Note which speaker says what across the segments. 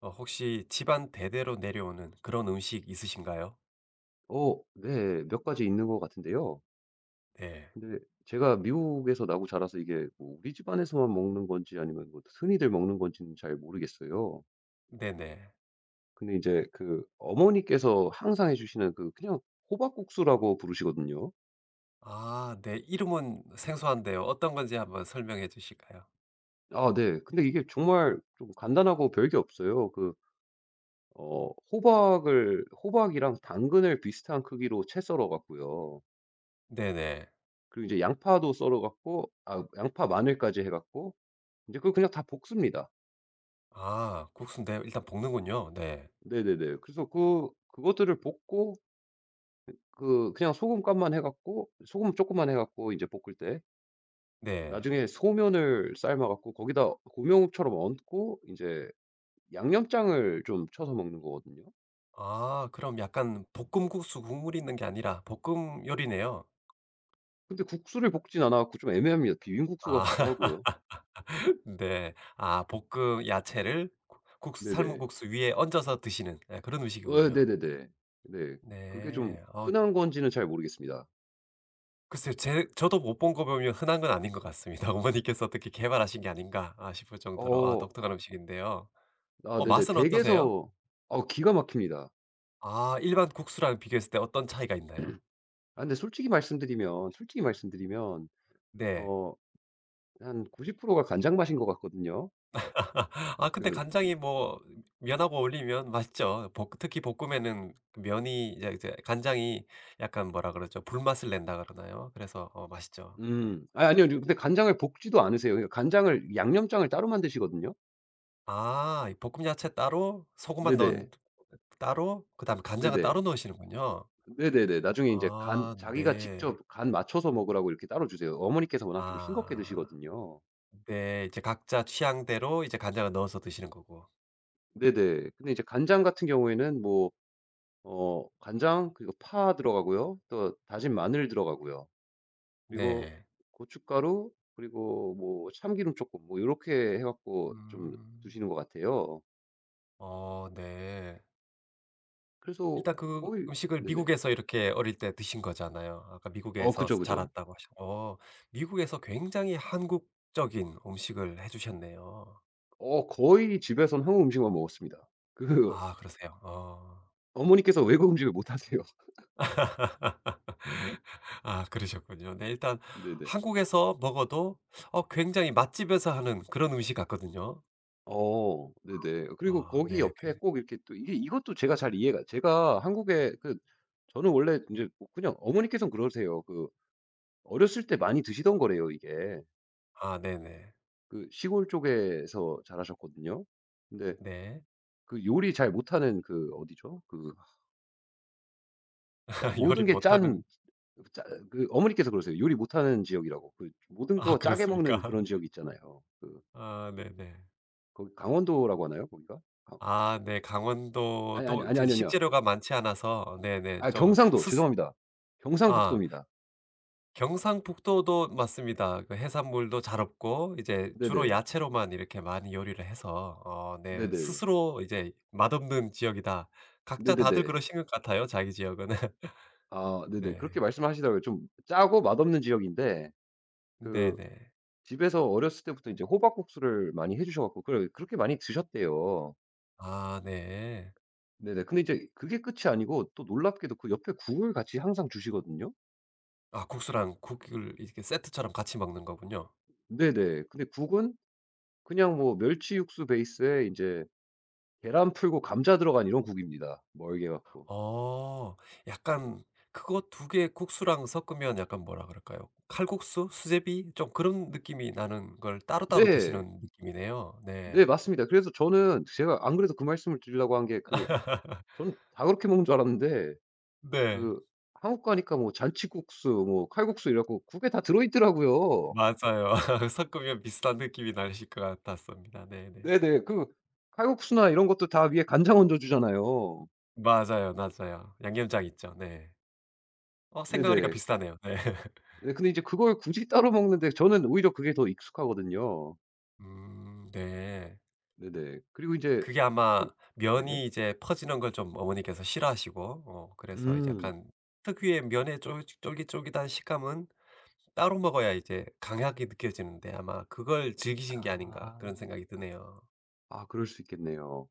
Speaker 1: 혹시 집안 대대로 내려오는 그런 음식 있으신가요?
Speaker 2: 어 네. 몇 가지 있는 것 같은데요.
Speaker 1: 네.
Speaker 2: 근데 제가 미국에서 나고 자라서 이게 뭐 우리 집안에서만 먹는 건지 아니면 뭐 흔히들 먹는 건지는 잘 모르겠어요.
Speaker 1: 네네.
Speaker 2: 근데 이제 그 어머니께서 항상 해 주시는 그 그냥 호박국수라고 부르시거든요.
Speaker 1: 아 네. 이름은 생소한데요. 어떤 건지 한번 설명해 주실까요?
Speaker 2: 아 네. 근데 이게 정말 좀 간단하고 별게 없어요. 그 어 호박을 호박이랑 당근을 비슷한 크기로 채 썰어 갖고요.
Speaker 1: 네네.
Speaker 2: 그리고 이제 양파도 썰어 갖고 아 양파 마늘까지 해 갖고 이제 그걸 그냥 다 볶습니다.
Speaker 1: 아 국수인데 일단 볶는군요. 네.
Speaker 2: 네네네. 그래서 그 그것들을 볶고 그 그냥 소금간만 해 갖고 소금 조금만 해 갖고 인제 볶을 때
Speaker 1: 네.
Speaker 2: 나중에 소면을 삶아 갖고 거기다 고명처럼 얹고 인제 양념장을 좀 쳐서 먹는 거거든요.
Speaker 1: 아 그럼 약간 볶음국수 국물이 있는 게 아니라 볶음 요리네요.
Speaker 2: 근데 국수를 볶진 않아 갖고 좀 애매합니다. 비빔국수
Speaker 1: 아
Speaker 2: 같기도 하고요.
Speaker 1: 네. 아 볶음 야채를 국 국수 삶은
Speaker 2: 네네.
Speaker 1: 국수 위에 얹어서 드시는 네, 그런
Speaker 2: 어
Speaker 1: 음식이군요.
Speaker 2: 네네네. 네. 그게 좀
Speaker 1: 네.
Speaker 2: 흔한 건지는 잘 모르겠습니다.
Speaker 1: 글쎄요. 제 저도 못 본 거 보면 흔한 건 아닌 것 같습니다. 어머니께서 어떻게 개발하신 게 아닌가 아 싶을 정도로 아
Speaker 2: 어
Speaker 1: 독특한 음식인데요.
Speaker 2: 아
Speaker 1: 어
Speaker 2: 네네.
Speaker 1: 맛은 어떠세요?
Speaker 2: 댁에서 어 기가 막힙니다.
Speaker 1: 아 일반 국수랑 비교했을 때 어떤 차이가 있나요?
Speaker 2: 아 근데 솔직히 말씀드리면 솔직히 말씀드리면
Speaker 1: 네.
Speaker 2: 어 한 90%가 간장 맛인 것 같거든요.
Speaker 1: 아 근데
Speaker 2: 그
Speaker 1: 간장이 뭐 면하고 어울리면 맛있죠. 볶 특히 볶음에는 그 면이 이제 간장이 약간 뭐라 그러죠? 불맛을 낸다 그러나요? 그래서 어 맛있죠. 네.
Speaker 2: 아 아니요. 근데 간장을 볶지도 않으세요. 그러니까 간장을 양념장을 따로 만드시거든요.
Speaker 1: 아 이 볶음 야채 따로 소금만
Speaker 2: 네네.
Speaker 1: 넣은 따로, 그다음에 간장은 따로
Speaker 2: 네네.
Speaker 1: 넣으시는군요.
Speaker 2: 네네네. 나중에 인제 간
Speaker 1: 아
Speaker 2: 자기가
Speaker 1: 네.
Speaker 2: 직접 간 맞춰서 먹으라고 이렇게 따로 주세요. 어머니께서 워낙 좀 싱겁게
Speaker 1: 아
Speaker 2: 드시거든요.
Speaker 1: 네. 이제 각자 취향대로 이제 간장을 넣어서 드시는 거고.
Speaker 2: 네네. 근데 이제 간장 같은 경우에는 뭐 어 간장 그리고 파 들어가고요. 또 다진 마늘 들어가고요. 그리고
Speaker 1: 네.
Speaker 2: 고춧가루 그리고 뭐 참기름 쪼끔 뭐 요렇게 해 갖고 좀 드
Speaker 1: 음.
Speaker 2: 시는 것 같아요.
Speaker 1: 어 네.
Speaker 2: 그래서
Speaker 1: 일단 그
Speaker 2: 거의
Speaker 1: 음식을
Speaker 2: 네네.
Speaker 1: 미국에서 이렇게 어릴 때 드신 거잖아요. 아까
Speaker 2: 어
Speaker 1: 미국에서
Speaker 2: 그죠, 그죠.
Speaker 1: 자랐다고 하셨 어 미국에서 굉장히 한국적인 음식을 해 주셨네요.
Speaker 2: 어 거의 집에서는 한국 음식만 먹었습니다. 그
Speaker 1: 아 그러세요? 어.
Speaker 2: 어머니께서 외국 음식을 못 하세요.
Speaker 1: 아 그러셨군요. 네, 일단
Speaker 2: 네네.
Speaker 1: 한국에서 먹어도 어 굉장히 맛집에서 하는 그런 음식 같거든요.
Speaker 2: 어 네네. 그리고
Speaker 1: 아
Speaker 2: 거기
Speaker 1: 네.
Speaker 2: 옆에
Speaker 1: 굉장히
Speaker 2: 꼭 이렇게 또 이게 이것도 제가 잘 이해가 제가 한국에 그 저는 원래 인제 뭐 그냥 어머니께서는 그러세요. 그 어렸을 때 많이 드시던 거래요 이게.
Speaker 1: 아 네네.
Speaker 2: 그 시골 쪽에서 자라셨거든요. 근데
Speaker 1: 네.
Speaker 2: 그 요리 잘 못하는 그 어디죠? 그 짜 모든
Speaker 1: 요리
Speaker 2: 게짠
Speaker 1: 못하는
Speaker 2: 그 짜 그 어머니께서 그러세요. 요리 못하는 지역이라고. 그 모든
Speaker 1: 아
Speaker 2: 거 짜게
Speaker 1: 그렇습니까?
Speaker 2: 먹는 그런 지역 있잖아요. 그
Speaker 1: 아 네네.
Speaker 2: 거기 강원도라고 하나요? 거기가? 강
Speaker 1: 아 네.
Speaker 2: 아니, 아니,
Speaker 1: 강원도도
Speaker 2: 아니,
Speaker 1: 이제
Speaker 2: 아니, 아니요.
Speaker 1: 식재료가 많지 않아서 네네
Speaker 2: 아
Speaker 1: 좀
Speaker 2: 경상도.
Speaker 1: 스스
Speaker 2: 죄송합니다.
Speaker 1: 아
Speaker 2: 경상북도입니다.
Speaker 1: 경상북도도 맞습니다. 그 해산물도 잘 없고 이제 주로
Speaker 2: 네네.
Speaker 1: 야채로만 이렇게 많이 요리를 해서 어 네
Speaker 2: 네네네.
Speaker 1: 스스로 이제 "맛없는 지역이다." 각자 다들
Speaker 2: 네네네.
Speaker 1: 그러신 것 같아요, 자기 지역은.
Speaker 2: 아 네네.
Speaker 1: 네.
Speaker 2: 그렇게 말씀하시더라고요. 좀 짜고 맛없는 지역인데 그
Speaker 1: 네네.
Speaker 2: 집에서 어렸을 때부터 인제 호박국수를 많이 해 주셔 갖고 그래 그렇게 많이 드셨대요.
Speaker 1: 아 네.
Speaker 2: 네네. 근데 이제 그게 끝이 아니고 또 놀랍게도 그 옆에 국을 같이 항상 주시거든요.
Speaker 1: 아 국수랑 국을 이렇게 세트처럼 같이 먹는 거군요.
Speaker 2: 네네. 근데 국은 그냥 뭐 멸치 육수 베이스에 이제 계란 풀고 감자 들어간 이런 국입니다, 멀게 갖고.
Speaker 1: 어 약간 그거 두 개 국수랑 섞으면 약간 뭐라 그럴까요? 칼국수? 수제비? 좀 그런 느낌이 나는 걸 따로따로
Speaker 2: 네.
Speaker 1: 드시는 느낌이네요.
Speaker 2: 네
Speaker 1: 네.
Speaker 2: 맞습니다. 그래서 저는 제가 안 그래도 그 말씀을 드리려고 한게 그 저는 다 그렇게 먹는 줄 알았는데
Speaker 1: 네.
Speaker 2: 그 한국 가니까 뭐 잔치국수 뭐 칼국수 이래 갖고 국에 다 들어 있더라고요.
Speaker 1: 맞아요. 섞으면 비슷한 느낌이 나실 것 같았습니다. 네네.
Speaker 2: 네네. 그 칼국수나 이런 것도 다 위에 간장 얹어 주잖아요.
Speaker 1: 맞아요, 맞아요. 양념장 있죠. 네. 어 생각하니까
Speaker 2: 네네.
Speaker 1: 비슷하네요. 네.
Speaker 2: 네 근데 이제 그걸 굳이 따로 먹는데 저는 오히려 그게 더 익숙하거든요.
Speaker 1: 네.
Speaker 2: 네네. 그리고 이제
Speaker 1: 그게
Speaker 2: 이
Speaker 1: 아마
Speaker 2: 네.
Speaker 1: 면이 이제 퍼지는 걸 좀 어머니께서 싫어하시고 어 그래서 이제
Speaker 2: 음.
Speaker 1: 약간 특유의 면의 쫄 쫄깃쫄깃한 식감은 따로 먹어야 이제 강하게 느껴지는데 아마 그걸 즐기신 게 아닌가
Speaker 2: 아.
Speaker 1: 그런 생각이 드네요.
Speaker 2: 아 그럴 수 있겠네요.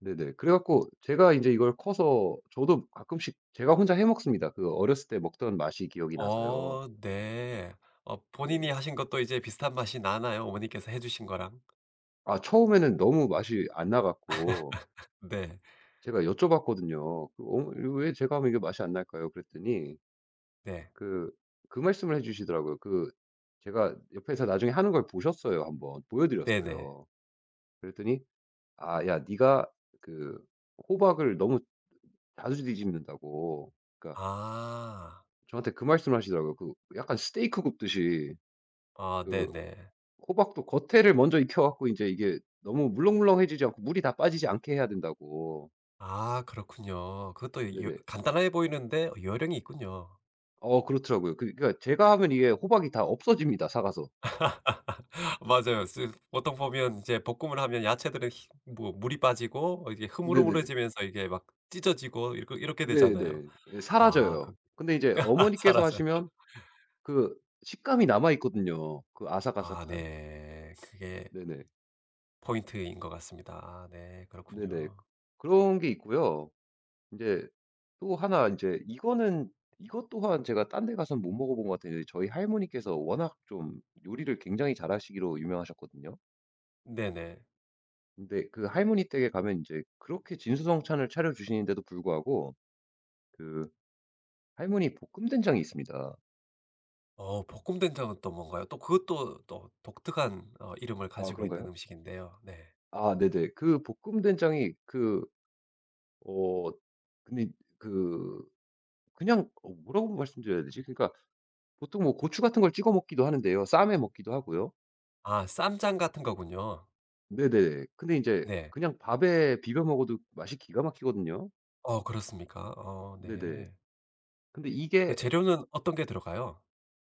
Speaker 2: 네네. 그래 갖고 제가 이제 이걸 커서 저도 가끔씩 제가 혼자 해 먹습니다. 그 어렸을 때 먹던 맛이 기억이 나서요.
Speaker 1: 어 네. 어 본인이
Speaker 2: 네.
Speaker 1: 하신 것도 이제 비슷한 맛이 나나요? 어머니께서 해 주신 거랑?
Speaker 2: 아 처음에는 너무 맛이 안 나 갖고
Speaker 1: 네.
Speaker 2: 제가 여쭤봤거든요. 그 "어 왜 제가 하면 이게 맛이 안 날까요?" 그랬더니
Speaker 1: 네.
Speaker 2: 그, 그 말씀을 해 주시더라고요. 그 제가 옆에서 나중에 하는 걸 보셨어요, 한번. 보여
Speaker 1: 네네.
Speaker 2: 드렸어요. 그랬더니 "아 야 네가 그 호박을 너무 자주 뒤집는다고." 그러니까
Speaker 1: 아.
Speaker 2: 저한테 그 말씀을 하시더라고요. 그 약간 스테이크 굽듯이
Speaker 1: 아
Speaker 2: 그
Speaker 1: 네네.
Speaker 2: 호박도 겉에를 먼저 익혀 갖고 이제 이게 너무 물렁물렁해지지 않고 물이 다 빠지지 않게 해야 된다고.
Speaker 1: 아 그렇군요. 그것도 여
Speaker 2: 네네.
Speaker 1: 간단해 보이는데 어, 요령이 있군요.
Speaker 2: 어 그렇더라고요. 그 그러니까 제가 하면 이게 호박이 다 없어집니다, 삭아서.
Speaker 1: 맞아요. 쓰- 보통 보면 이제 볶음을 하면 야채들은 희 뭐 물이 빠지고 어 이게
Speaker 2: 네네.
Speaker 1: 흐물흐물해지면서 이게 막 찢어지고 이렇게 이렇게 되잖아요.
Speaker 2: 네네. 예
Speaker 1: 아
Speaker 2: 사라져요.
Speaker 1: 그
Speaker 2: 근데 이제 어머니께서
Speaker 1: 사라져요.
Speaker 2: 하시면 그 식감이 남아 있거든요, 그
Speaker 1: 아
Speaker 2: 아삭아삭한.
Speaker 1: 네. 그게
Speaker 2: 네네.
Speaker 1: 포인트인 것 같습니다. 아 네.
Speaker 2: 네네.
Speaker 1: 그렇군요.
Speaker 2: 그런 게 있고요. 이제 또 하나 이제 이거는 이것 또한 제가 딴데 가서는 못 먹어 본 것 같은데 저희 할머니께서 워낙 좀 요리를 굉장히 잘하시기로 유명하셨거든요.
Speaker 1: 네네.
Speaker 2: 근데 그 할머니 댁에 가면 이제 그렇게 진수성찬을 차려 주시는데도 불구하고 그 할머니 볶음 된장이 있습니다.
Speaker 1: 어 볶음 된장은 또 뭔가요? 또 그것도 또 독특한 어 이름을
Speaker 2: 아
Speaker 1: 가지고 있는
Speaker 2: 그런가요?
Speaker 1: 음식인데요. 네.
Speaker 2: 아 네네. 그 볶음 된장이 그 어 근데 그 그냥 어 뭐라고 말씀드려야 되지? 그러니까 보통 뭐 고추 같은 걸 찍어 먹기도 하는데요. 쌈에 먹기도 하고요.
Speaker 1: 아 쌈장 같은 거군요.
Speaker 2: 네네. 근데 인제
Speaker 1: 네.
Speaker 2: 그냥 밥에 비벼 먹어도 맛이 기가 막히거든요.
Speaker 1: 어 그렇습니까? 어
Speaker 2: 네네.
Speaker 1: 네.
Speaker 2: 근데
Speaker 1: 그
Speaker 2: 이게
Speaker 1: 재료는 어떤 게 들어가요?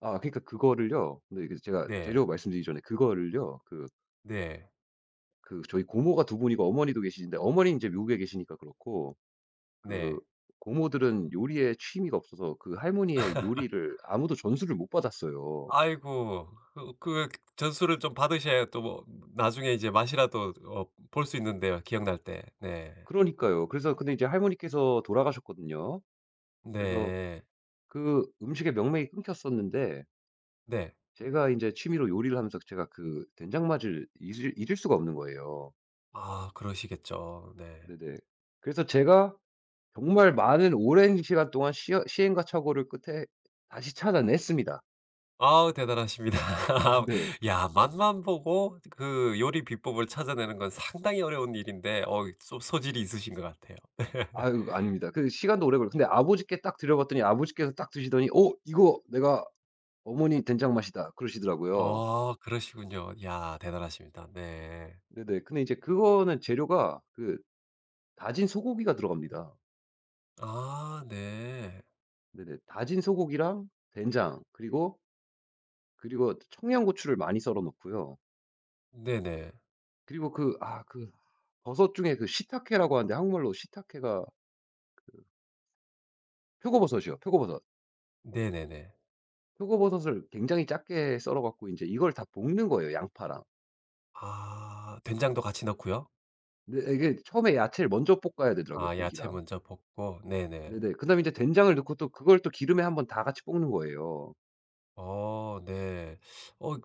Speaker 2: 아 그러니까 그거를요 근데 이게 제가
Speaker 1: 네.
Speaker 2: 재료 말씀드리기 전에 그거를요 그
Speaker 1: 네.
Speaker 2: 그 저희 고모가 두 분이고 어머니도 계시는데 어머니는 인제 미국에 계시니까 그렇고 그
Speaker 1: 네.
Speaker 2: 고모들은 요리에 취미가 없어서 그 할머니의 요리를 아무도 전수를 못 받았어요.
Speaker 1: 아이고. 그 전수를 좀 받으셔야 또 뭐 나중에 이제 맛이라도 어 볼 수 있는데요, 기억날 때. 네.
Speaker 2: 그러니까요. 그래서 근데 이제 할머니께서 돌아가셨거든요. 그래서
Speaker 1: 네.
Speaker 2: 그 음식의 명맥이 끊겼었는데
Speaker 1: 네.
Speaker 2: 제가 이제 취미로 요리를 하면서 제가 그 된장 맛을 잊을 수가 없는 거예요.
Speaker 1: 아 그러시겠죠. 네.
Speaker 2: 네네. 그래서 제가 정말 많은 오랜 시간 동안 시 시행과 착오를 끝에 다시 찾아냈습니다.
Speaker 1: 아우 대단하십니다.
Speaker 2: 네.
Speaker 1: 야 맛만 보고 그 요리 비법을 찾아내는 건 상당히 어려운 일인데 어 소 소질이 있으신 것 같아요.
Speaker 2: 아유 아닙니다. 그 시간도 오래 걸려 근데 아버지께 딱 드려봤더니 아버지께서 딱 드시더니 "어 이거 내가 어머니 된장 맛이다." 그러시더라고요.
Speaker 1: 어 그러시군요. 야 대단하십니다. 네.
Speaker 2: 네네. 근데 이제 그거는 재료가 그 다진 소고기가 들어갑니다.
Speaker 1: 아 네.
Speaker 2: 네네. 다진 소고기랑 된장 그리고, 그리고 청양고추를 많이 썰어 놓고요
Speaker 1: 네네.
Speaker 2: 그리고 그 아 그 버섯 중에 그 시타케라고 하는데 한국말로 시타케가 표고버섯이요. 표고버섯.
Speaker 1: 네네네.
Speaker 2: 표고버섯을 굉장히 작게 썰어 갖고 이제 이걸 다 볶는 거예요, 양파랑.
Speaker 1: 아 된장도 같이 넣고요.
Speaker 2: 근데 이게 처음에 야채를 먼저 볶아야 되더라고요,
Speaker 1: 아 야채
Speaker 2: 고기랑.
Speaker 1: 먼저 볶고 네네.
Speaker 2: 네네. 그다음에 이제 된장을 넣고 또 그걸 또 기름에 한번 다 같이 볶는 거예요.
Speaker 1: 어 네. 어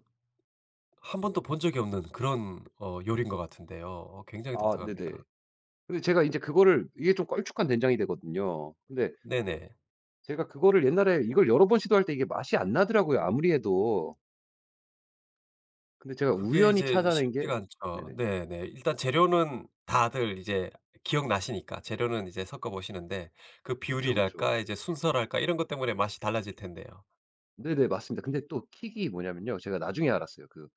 Speaker 1: 한 번도 본 적이 없는 그런 어 요리인 것 같은데요. 어 굉장히
Speaker 2: 아 네네.
Speaker 1: 독특합니다.
Speaker 2: 근데 제가 이제 그거를 이게 좀 걸쭉한 된장이 되거든요. 근데
Speaker 1: 네네.
Speaker 2: 제가 그거를 옛날에 이걸 여러 번 시도할 때 이게 맛이 안 나더라고요, 아무리 해도. 근데 제가
Speaker 1: 그게
Speaker 2: 우연히
Speaker 1: 이제
Speaker 2: 찾아낸 게
Speaker 1: 쉽지가 않죠.
Speaker 2: 네네.
Speaker 1: 네네. 일단 재료는 다들 이제 기억나시니까 재료는 이제 섞어 보시는데 그
Speaker 2: 그쵸, 그쵸.
Speaker 1: 비율이랄까 이제 순서랄까 이런 것 때문에 맛이 달라질 텐데요.
Speaker 2: 네네 맞습니다. 근데 또 킥이 뭐냐면요. 제가 나중에 알았어요. 그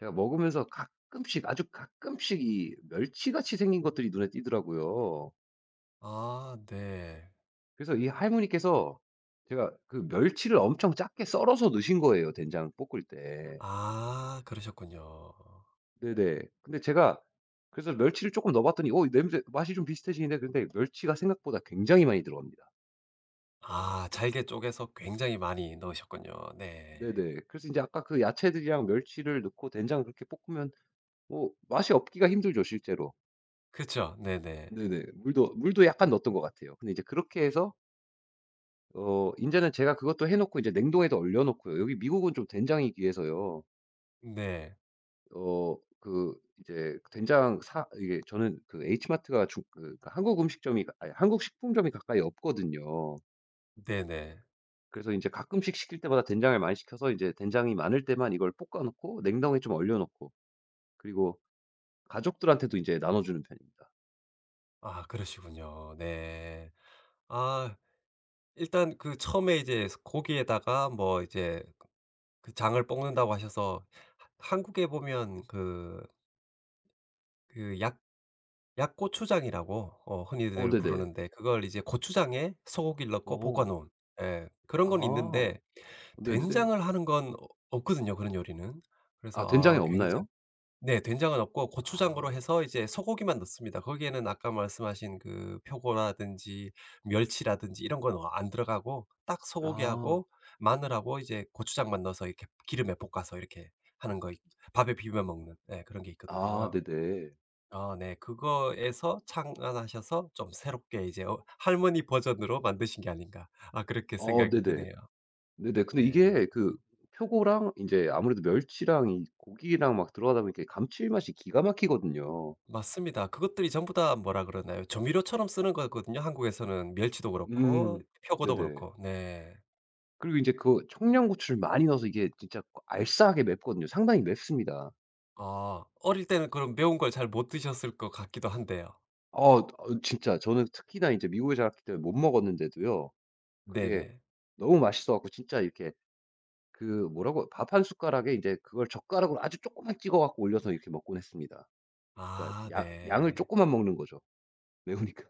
Speaker 2: 제가 먹으면서 가끔씩 아주 가끔씩 이 멸치같이 생긴 것들이 눈에 띄더라고요.
Speaker 1: 아 네.
Speaker 2: 그래서 이 할머니께서 제가 그 멸치를 엄청 작게 썰어서 넣으신 거예요, 된장 볶을 때.
Speaker 1: 아 그러셨군요.
Speaker 2: 네네. 근데 제가 그래서 멸치를 조금 넣어 봤더니 오 냄새 맛이 좀 비슷해지는데 근데 멸치가 생각보다 굉장히 많이 들어갑니다.
Speaker 1: 아 잘게 쪼개서 굉장히 많이 넣으셨군요. 네.
Speaker 2: 네네. 그래서 이제 아까 그 야채들이랑 멸치를 넣고 된장 그렇게 볶으면 뭐 맛이 없기가 힘들죠, 실제로.
Speaker 1: 그쵸. 네네.
Speaker 2: 네네. 물도 약간 넣었던 것 같아요. 근데 이제 그렇게 해서 어 인제는 제가 그것도 해 놓고 이제 냉동에도 얼려 놓고요. 여기 미국은 좀 된장이 귀해서요.
Speaker 1: 네.
Speaker 2: 어 그 이제 된장 사 이게 저는 그 H마트가 중그 그러니까 한국 음식점이 아니 한국 식품점이 가까이 없거든요.
Speaker 1: 네네.
Speaker 2: 그래서 인제 가끔씩 시킬 때마다 된장을 많이 시켜서 이제 된장이 많을 때만 이걸 볶아 놓고 냉동에 좀 얼려 놓고 그리고 가족들한테도 인제 나눠 주는 편입니다.
Speaker 1: 아 그러시군요. 네. 아 일단 그 처음에 이제 스 고기에다가 뭐 이제 그 장을 볶는다고 하셔서 하 한국에 보면 그 그 약 약고추장이라고 어
Speaker 2: 어
Speaker 1: 흔히들
Speaker 2: 네네.
Speaker 1: 부르는데 그걸 이제 고추장에 소고기를 넣고 볶아
Speaker 2: 어.
Speaker 1: 놓은 예 그런 건
Speaker 2: 아.
Speaker 1: 있는데
Speaker 2: 네네네.
Speaker 1: 된장을 하는 건 없 없거든요, 그런 요리는. 그래서
Speaker 2: 아 된장이
Speaker 1: 아 굉장히
Speaker 2: 없나요?
Speaker 1: 네. 된장은 없고 고추장으로
Speaker 2: 아.
Speaker 1: 해서 이제 소고기만 넣습니다. 거기에는 아까 말씀하신 그 표고라든지 멸치라든지 이런 건 안 들어가고 딱
Speaker 2: 아.
Speaker 1: 소고기하고 마늘하고 이제 고추장만 넣어서 이렇게 기름에 볶아서 이렇게 하는 거 밥에 비벼 먹는 예 그런 게
Speaker 2: 아
Speaker 1: 있거든요.
Speaker 2: 네네.
Speaker 1: 아 네. 그거에서 창안하셔서 좀 새롭게 이제 어 할머니 버전으로 만드신 게 아닌가. 아 그렇게
Speaker 2: 어
Speaker 1: 생각이
Speaker 2: 네네.
Speaker 1: 드네요.
Speaker 2: 네네. 근데 이게
Speaker 1: 네.
Speaker 2: 그 표고랑 이제 아무래도 멸치랑 이 고기랑 막 들어가다 보니까 감칠맛이 기가 막히거든요.
Speaker 1: 맞습니다. 그것들이 전부 다 뭐라 그러나요? 조미료처럼 쓰는 거거든요. 한국에서는 멸치도 그렇고
Speaker 2: 음.
Speaker 1: 표고도
Speaker 2: 네네.
Speaker 1: 그렇고. 네.
Speaker 2: 그리고 이제 그 청양고추를 많이 넣어서 이게 진짜 그 알싸하게 맵거든요. 상당히 맵습니다.
Speaker 1: 아 어릴 때는 그럼 매운 걸 잘 못 드셨을 것 같기도 한데요.
Speaker 2: 어 어 진짜 저는 특히나 이제 미국에 자랐기 때문에 못 먹었는데도요. 그게
Speaker 1: 네네.
Speaker 2: 너무 맛있어 갖고 진짜 이렇게 그 뭐라고 밥 한 숟가락에 이제 그걸 젓가락으로 아주 조금만 찍어 갖고 올려서 이렇게 먹곤 했습니다. 그러니까
Speaker 1: 아
Speaker 2: 양 양을 조
Speaker 1: 네.
Speaker 2: 금만 먹는 거죠, 매우니까.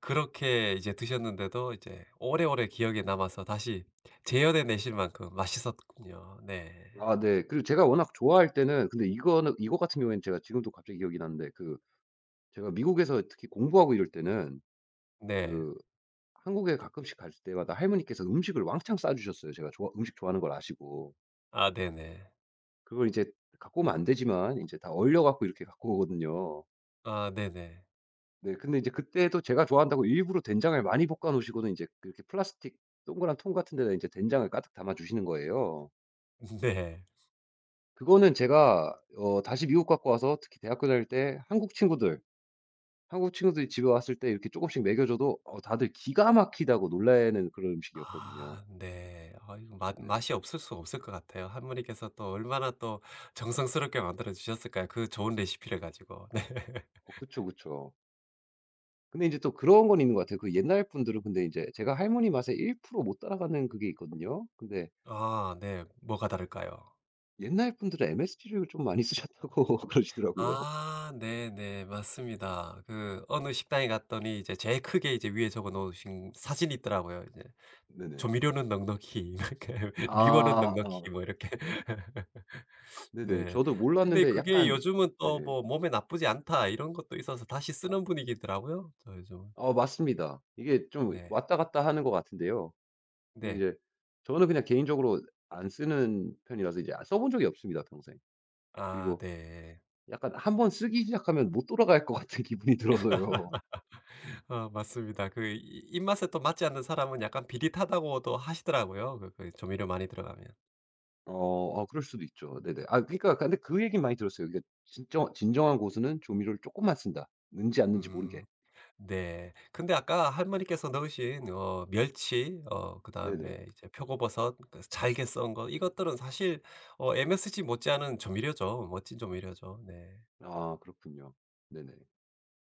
Speaker 1: 그렇게 이제 드셨는데도 이제 오래오래 기억에 남아서 다시 재현해 내실 만큼 맛있었군요. 네.
Speaker 2: 아 네. 그리고 제가 워낙 좋아할 때는 근데 이거는 이거 같은 경우에는 제가 지금도 갑자기 기억이 나는데 그 제가 미국에서 특히 공부하고 이럴 때는
Speaker 1: 네.
Speaker 2: 그 한국에 가끔씩 갈 때마다 할머니께서 음식을 왕창 싸 주셨어요, 제가 좋아 음식 좋아하는 걸 아시고.
Speaker 1: 아 네네.
Speaker 2: 그걸 이제 갖고 오면 안 되지만 이제 다 얼려 갖고 이렇게 갖고 오거든요.
Speaker 1: 아 네네.
Speaker 2: 네. 근데 이제 그때도 제가 좋아한다고 일부러 된장을 많이 볶아 놓으시고는 이제 그렇게 플라스틱 동그란 통 같은 데다 이제 된장을 가득 담아 주시는 거예요.
Speaker 1: 네.
Speaker 2: 그거는 제가 어 다시 미국 갖고 와서 특히 대학교 다닐 때 한국 친구들이 집에 왔을 때 이렇게 조금씩 먹여 줘도 어 다들 기가 막히다고 놀라는 그런 음식이었거든요.
Speaker 1: 아 네. 아 이거 맛
Speaker 2: 네네.
Speaker 1: 맛이 없을 수가 없을 것 같아요. 할머니께서 또 얼마나 또 정성스럽게 만들어 주셨을까요? 그 좋은 레시피를 가지고. 네.
Speaker 2: 어 그쵸, 그쵸. 근데 이제 또 그런 건 있는 것 같아요. 그 옛날 분들은 근데 이제 제가 할머니 맛에 1%못 따라가는 그게 있거든요. 근데
Speaker 1: 아 네. 뭐가 다를까요?
Speaker 2: 옛날 분들은 MSG를 좀 많이 쓰셨다고 그러시더라고요.
Speaker 1: 아 네네. 맞습니다. 그 어느 식당에 갔더니 이제 제일 크게 이제 위에 적어 놓으신 사진이 있더라고요. 이제
Speaker 2: 네네.
Speaker 1: "조미료는 넉넉히." 이렇게 "미원은
Speaker 2: 아
Speaker 1: 넉넉히."
Speaker 2: 어.
Speaker 1: 뭐 이렇게.
Speaker 2: 네네.
Speaker 1: 네.
Speaker 2: 저도
Speaker 1: 근데
Speaker 2: 몰랐는데
Speaker 1: 그게
Speaker 2: 약간
Speaker 1: 요즘은
Speaker 2: 네.
Speaker 1: 또 뭐 "몸에 나쁘지 않다." 이런 것도 있어서 다시 쓰는 분위기더라고요, 저 요즘은.
Speaker 2: 어 맞습니다. 이게 좀
Speaker 1: 네.
Speaker 2: 왔다 갔다 하는 것 같은데요. 근데
Speaker 1: 네.
Speaker 2: 이제 저는 그냥 개인적으로 안 쓰는 편이라서 이제 써본 적이 없습니다, 평생.
Speaker 1: 아
Speaker 2: 그리고
Speaker 1: 네.
Speaker 2: 약간 한번 쓰기 시작하면 못 돌아갈 것 같은 기분이 들어서요.
Speaker 1: 어 맞습니다. 그 이 입맛에 또 맞지 않는 사람은 약간 비릿하다고도 하시더라고요, 그 그 조미료 많이 들어가면.
Speaker 2: 어 어, 그럴 수도 있죠. 네네. 아 그러니까 근데 그 얘기 많이 들었어요. 그러니까 "진정한 고수는 조미료를 조금만 쓴다. 는지 않 는지 모르게."
Speaker 1: 음 네. 근데 아까 할머니께서 넣으신 어 멸치 어
Speaker 2: 네네.
Speaker 1: 그다음에 이제 표고버섯 그 잘게 썬 거 이것들은 사실 어 MSG 못지않은 조미료죠. 멋진 조미료죠. 네.
Speaker 2: 아 그렇군요. 네네.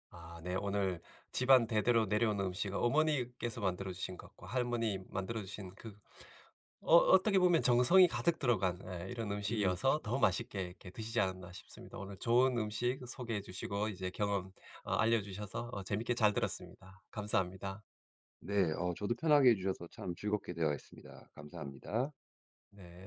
Speaker 1: 아 네. 오늘 집안 대대로 내려오는 음식 어머니께서 만들어 주신 것과 할머니 만들어 주신 그 어 어떻게 보면 정성이 가득 들어간 예 이런
Speaker 2: 그쵸.
Speaker 1: 음식이어서 더 맛있게 이렇게 드시지 않았나 싶습니다. 오늘 좋은 음식 소개해 주시고 이제 경험 어 알려 주셔서 어 재밌게 잘 들었습니다. 감사합니다.
Speaker 2: 네. 어 저도 편하게 해 주셔서 참 즐겁게 대화했습니다. 감사합니다.
Speaker 1: 네.